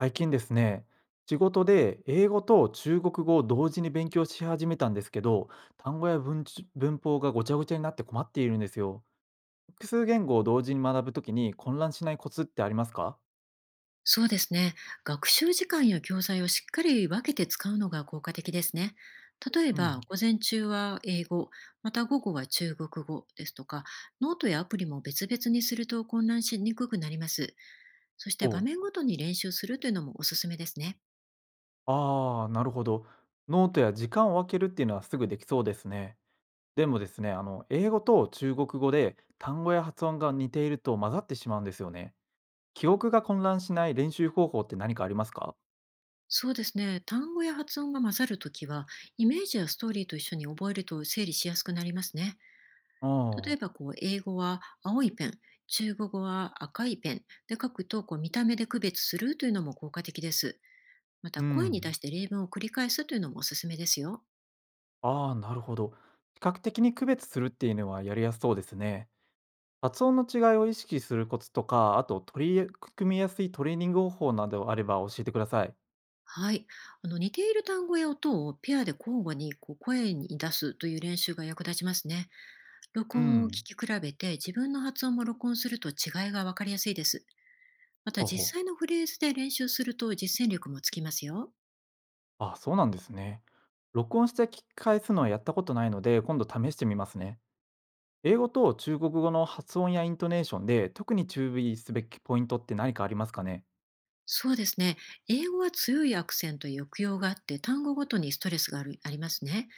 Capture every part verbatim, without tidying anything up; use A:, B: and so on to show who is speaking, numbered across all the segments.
A: 最近ですね、仕事で英語と中国語を同時に勉強し始めたんですけど、単語や文ち文法がごちゃごちゃになって困っているんですよ。複数言語を同時に学ぶときに混乱しないコツってありますか？
B: そうですね。学習時間や教材をしっかり分けて使うのが効果的ですね。例え
A: う
B: ば、
A: ん。
B: 午前中は英語、また午後は中国語ですとか、ノートやアプリも別々にすると混乱しにくくなります。そして場
A: お。
B: 面ごとに練習するというのもおすすめですね。
A: ああー、なるほど。ノートや時間を分けるっていうのはすぐできそうですね。でもですね、あの英語と中国語で単語や発音が似ていると混ざってしまうんですよね。記憶が混乱しない練習方法って何かありますか？
B: そうですね。単語や発音が混ざるときは、イメージやストーリーと一緒に覚えると整理しやすくなりますね。例え
A: ああ
B: ば
A: ー。
B: こう英語は青いペン、中国語は赤いペンで書くとこう見た目で区別するというのも効果的です。また、
A: う
B: 声に出
A: ん。
B: して例文を繰り返すというのもおすすめですよ。
A: ああ、なるほど。比較的に区別するっていうのはやりやすそうですね。発音の違いを意識するコツとか、あと取り組みやすいトレーニング方法などあれば教えてください。
B: はい。あの似ている単語や音をペアで交互にこう声に出すという練習が役立ちますね。録
A: う
B: 音を聞
A: ん。
B: き比べて自分の発音も録音すると違いがわかりやすいです。また、
A: ほうほ
B: 実際
A: う。
B: のフレーズで練習すると実践力もつきますよ。
A: あ、そうなんですね。録音して聞き返すのはやったことないので、今度試してみますね。英語と中国語の発音やイントネーションで特に注意すべきポイントって何かありますかね？
B: そうですね。英語は強いアクセントや抑揚があって、単語ごとにストレスがあるありますね。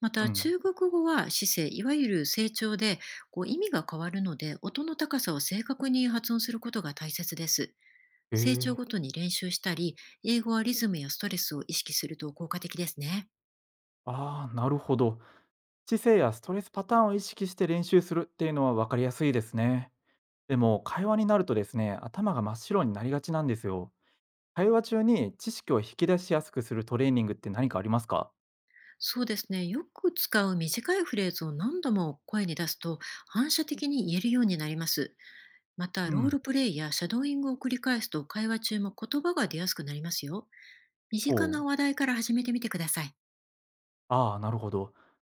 B: ま
A: う
B: た、
A: ん。
B: 中国語は姿勢、いわゆる成長で、こう意味が変わるので、音の高さを正確に発音することが大切です。
A: え
B: 成長ご
A: え。
B: とに練習したり、英語はリズムやストレスを意識すると効果的ですね。
A: ああ、なるほど。知性やストレスパターンを意識して練習するっていうのは分かりやすいですね。でも会話になるとですね、頭が真っ白になりがちなんですよ。会話中に知識を引き出しやすくするトレーニングって何かありますか？
B: そうですね。よく使う短いフレーズを何度も声に出すと、反射的に言えるようになります。また、
A: う
B: ロー
A: ん。
B: ルプレイやシャドーイングを繰り返すと会話中も言葉が出やすくなりますよ。身
A: お
B: 近な
A: う。
B: 話題から始めてみてください。
A: ああ、なるほど。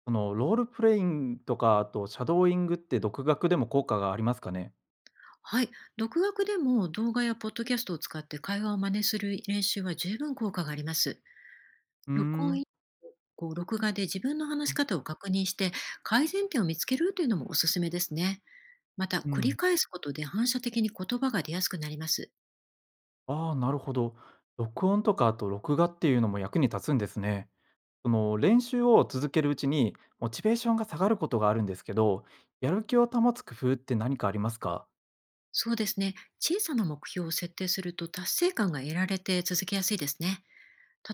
A: そのロールプレイングとか、あとシャドーイングって独学でも効果がありますかね？
B: はい。独学でも動画やポッドキャストを使って会話を真似する練習は十分効果があります。
A: うー
B: 録音
A: ん。
B: 以降、録画で自分の話し方を確認して改善点を見つけるというのもおすすめですね。また、
A: う
B: 繰り
A: ん。
B: 返すことで反射的に言葉が出やすくなります。
A: ああ、なるほど。録音とかあと録画っていうのも役に立つんですね。その練習を続けるうちにモチベーションが下がることがあるんですけど、やる気を保つ工夫って何かありますか？
B: そうですね。小さな目標を設定すると達成感が得られて続けやすいですね。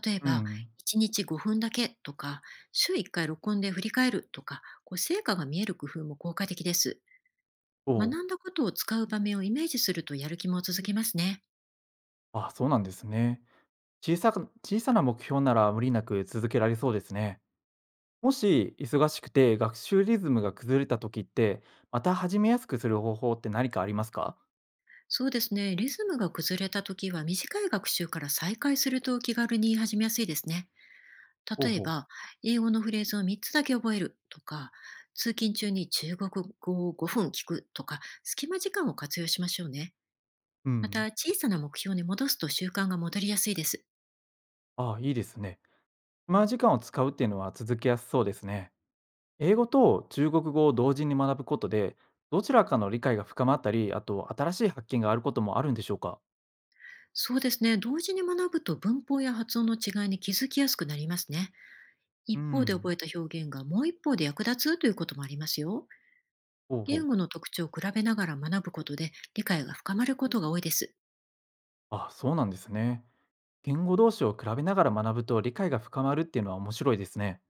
B: 例え
A: う
B: ば、
A: ん。
B: いちにちごふんだけとか、週いっかい録音で振り返るとか、こう成果が見える工夫も効果的です。
A: おう。
B: 学んだことを使う場面をイメージするとやる気も続きますね。
A: あ、そうなんですね。小さく小さな目標なら無理なく続けられそうですね。もし忙しくて学習リズムが崩れた時って、また始めやすくする方法って何かありますか？
B: そうですね。リズムが崩れた時は短い学習から再開すると気軽に始めやすいですね。
A: ほう
B: 例え
A: ほう。
B: ば、英語のフレーズをみっつだけ覚えるとか、通勤中に中国語をごふん聞くとか、隙間時間を活用しましょうね。
A: う
B: ま
A: ん。
B: た、小さな目標に戻すと習慣が戻りやすいです。
A: ああ、いいですね。暇時間を使うっていうのは続けやすそうですね。英語と中国語を同時に学ぶことで、どちらかの理解が深まったり、あと新しい発見があることもあるんでしょうか？
B: そうですね。同時に学ぶと文法や発音の違いに気づきやすくなりますね。
A: う
B: 一方で覚
A: ん。
B: えた表現がもう一方で役立つということもありますよ。
A: ほうほう。
B: 言語の特徴を比べながら学ぶことで理解が深まることが多いです。
A: あ、そうなんですね。言語同士を比べながら学ぶと理解が深まるっていうのは面白いですね。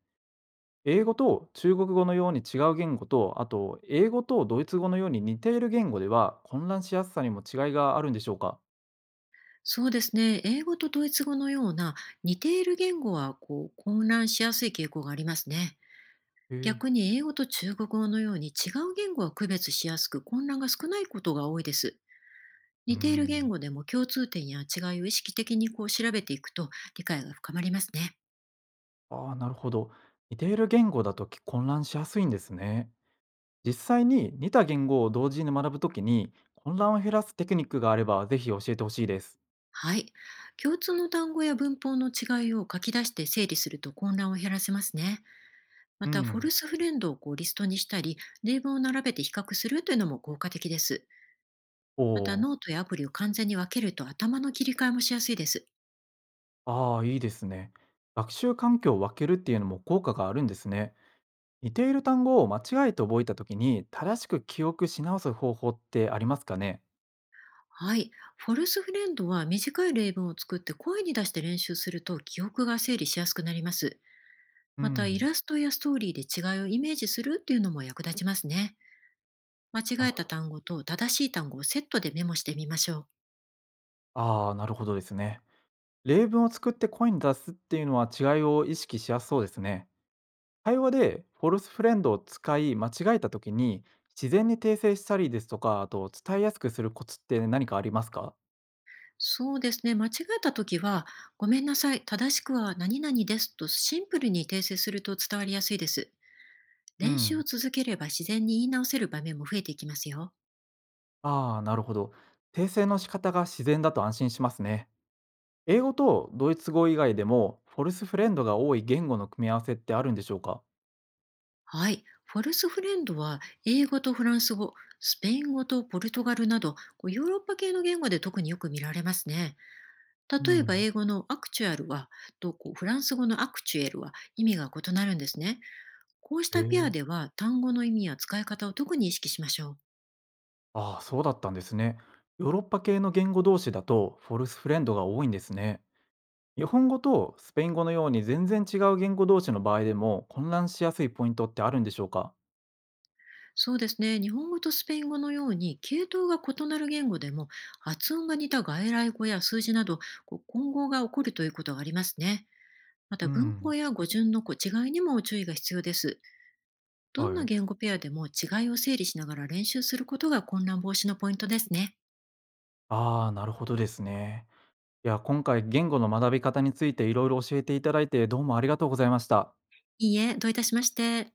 A: 英語と中国語のように違う言語と、あと英語とドイツ語のように似ている言語では混乱しやすさにも違いがあるんでしょうか？
B: そうですね。英語とドイツ語のような似ている言語はこう混乱しやすい傾向がありますね。
A: へえ。
B: 逆に、英語と中国語のように違う言語は区別しやすく、混乱が少ないことが多いです。
A: うー
B: 似ている言
A: ん。
B: 語でも、共通点や違いを意識的にこう調べていくと理解が深まりますね。
A: ああ、なるほど。似ている言語だとき混乱しやすいんですね。実際に似た言語を同時に学ぶときに混乱を減らすテクニックがあればぜひ教えてほしいです。
B: はい。共通の単語や文法の違いを書き出して整理すると混乱を減らせますね。ま
A: う
B: た、フォ
A: ん。
B: ルスフレンドをこうリストにしたり、例文を並べて比較するというのも効果的です。
A: お。
B: また、
A: お、
B: ノートやアプリを完全に分けると頭の切り替えもしやすいです。
A: ああ、いいですね。学習環境を分けるっていうのも効果があるんですね。似ている単語を間違えて覚えた時に、正しく記憶し直す方法ってありますかね？
B: はい。フォルスフレンドは短い例文を作って声に出して練習すると記憶が整理しやすくなります。
A: う
B: また、イ
A: ん、
B: ラストやストーリーで違いをイメージするっていうのも役立ちますね。間
A: な
B: 違
A: る
B: え
A: ほ
B: た
A: ど。
B: 単語と正しい単語をセットでメモしてみましょう。
A: ああ、なるほどですね。例文を作って声に出すっていうのは違いを意識しやすそうですね。会話でフォルスフレンドを使い間違えた時に自然に訂正したりですとか、あと伝えやすくするコツって何かありますか？
B: そうですね。間違えたときは、ごめんなさい、正しくは何々ですとシンプルに訂正すると伝わりやすいです。
A: う
B: 練習を
A: ん。
B: 続ければ自然に言い直せる場面も増えていきますよ。
A: ああ、なるほど。訂正の仕方が自然だと安心しますね。英語とドイツ語以外でもフォルスフレンドが多い言語の組み合わせってあるんでしょうか？
B: はい。フォルスフレンドは英語とフランス語、スペイン語とポルトガルなど、こうヨーロッパ系の言語で特によく見られますね。
A: う
B: 例えば、
A: ん。
B: 英語のアクチュアルはとこうフランス語のアクチュエルは意味が異なるんですね。こうし
A: え
B: たペア
A: え。
B: では単語の意味や使い方を特に意識しましょう。
A: ああ、そうだったんですね。ヨーロッパ系の言語同士だとフォルスフレンドが多いんですね。日本語とスペイン語のように全然違う言語同士の場合でも混乱しやすいポイントってあるんでしょうか？
B: そうですね。日本語とスペイン語のように系統が異なる言語でも、発音が似た外来語や数字などこう混合が起こるということがありますね。ま
A: う
B: た、文法
A: ん。
B: や語順のこう違いにも注意が必要です。どん
A: は
B: な
A: い。
B: 言語ペアでも違いを整理しながら練習することが混乱防止のポイントですね。
A: ああ、なるほどですね。いや、今回言語の学び方についていろいろ教えていただいてどうもありがとうございました。
B: いいえ、どういたしまして。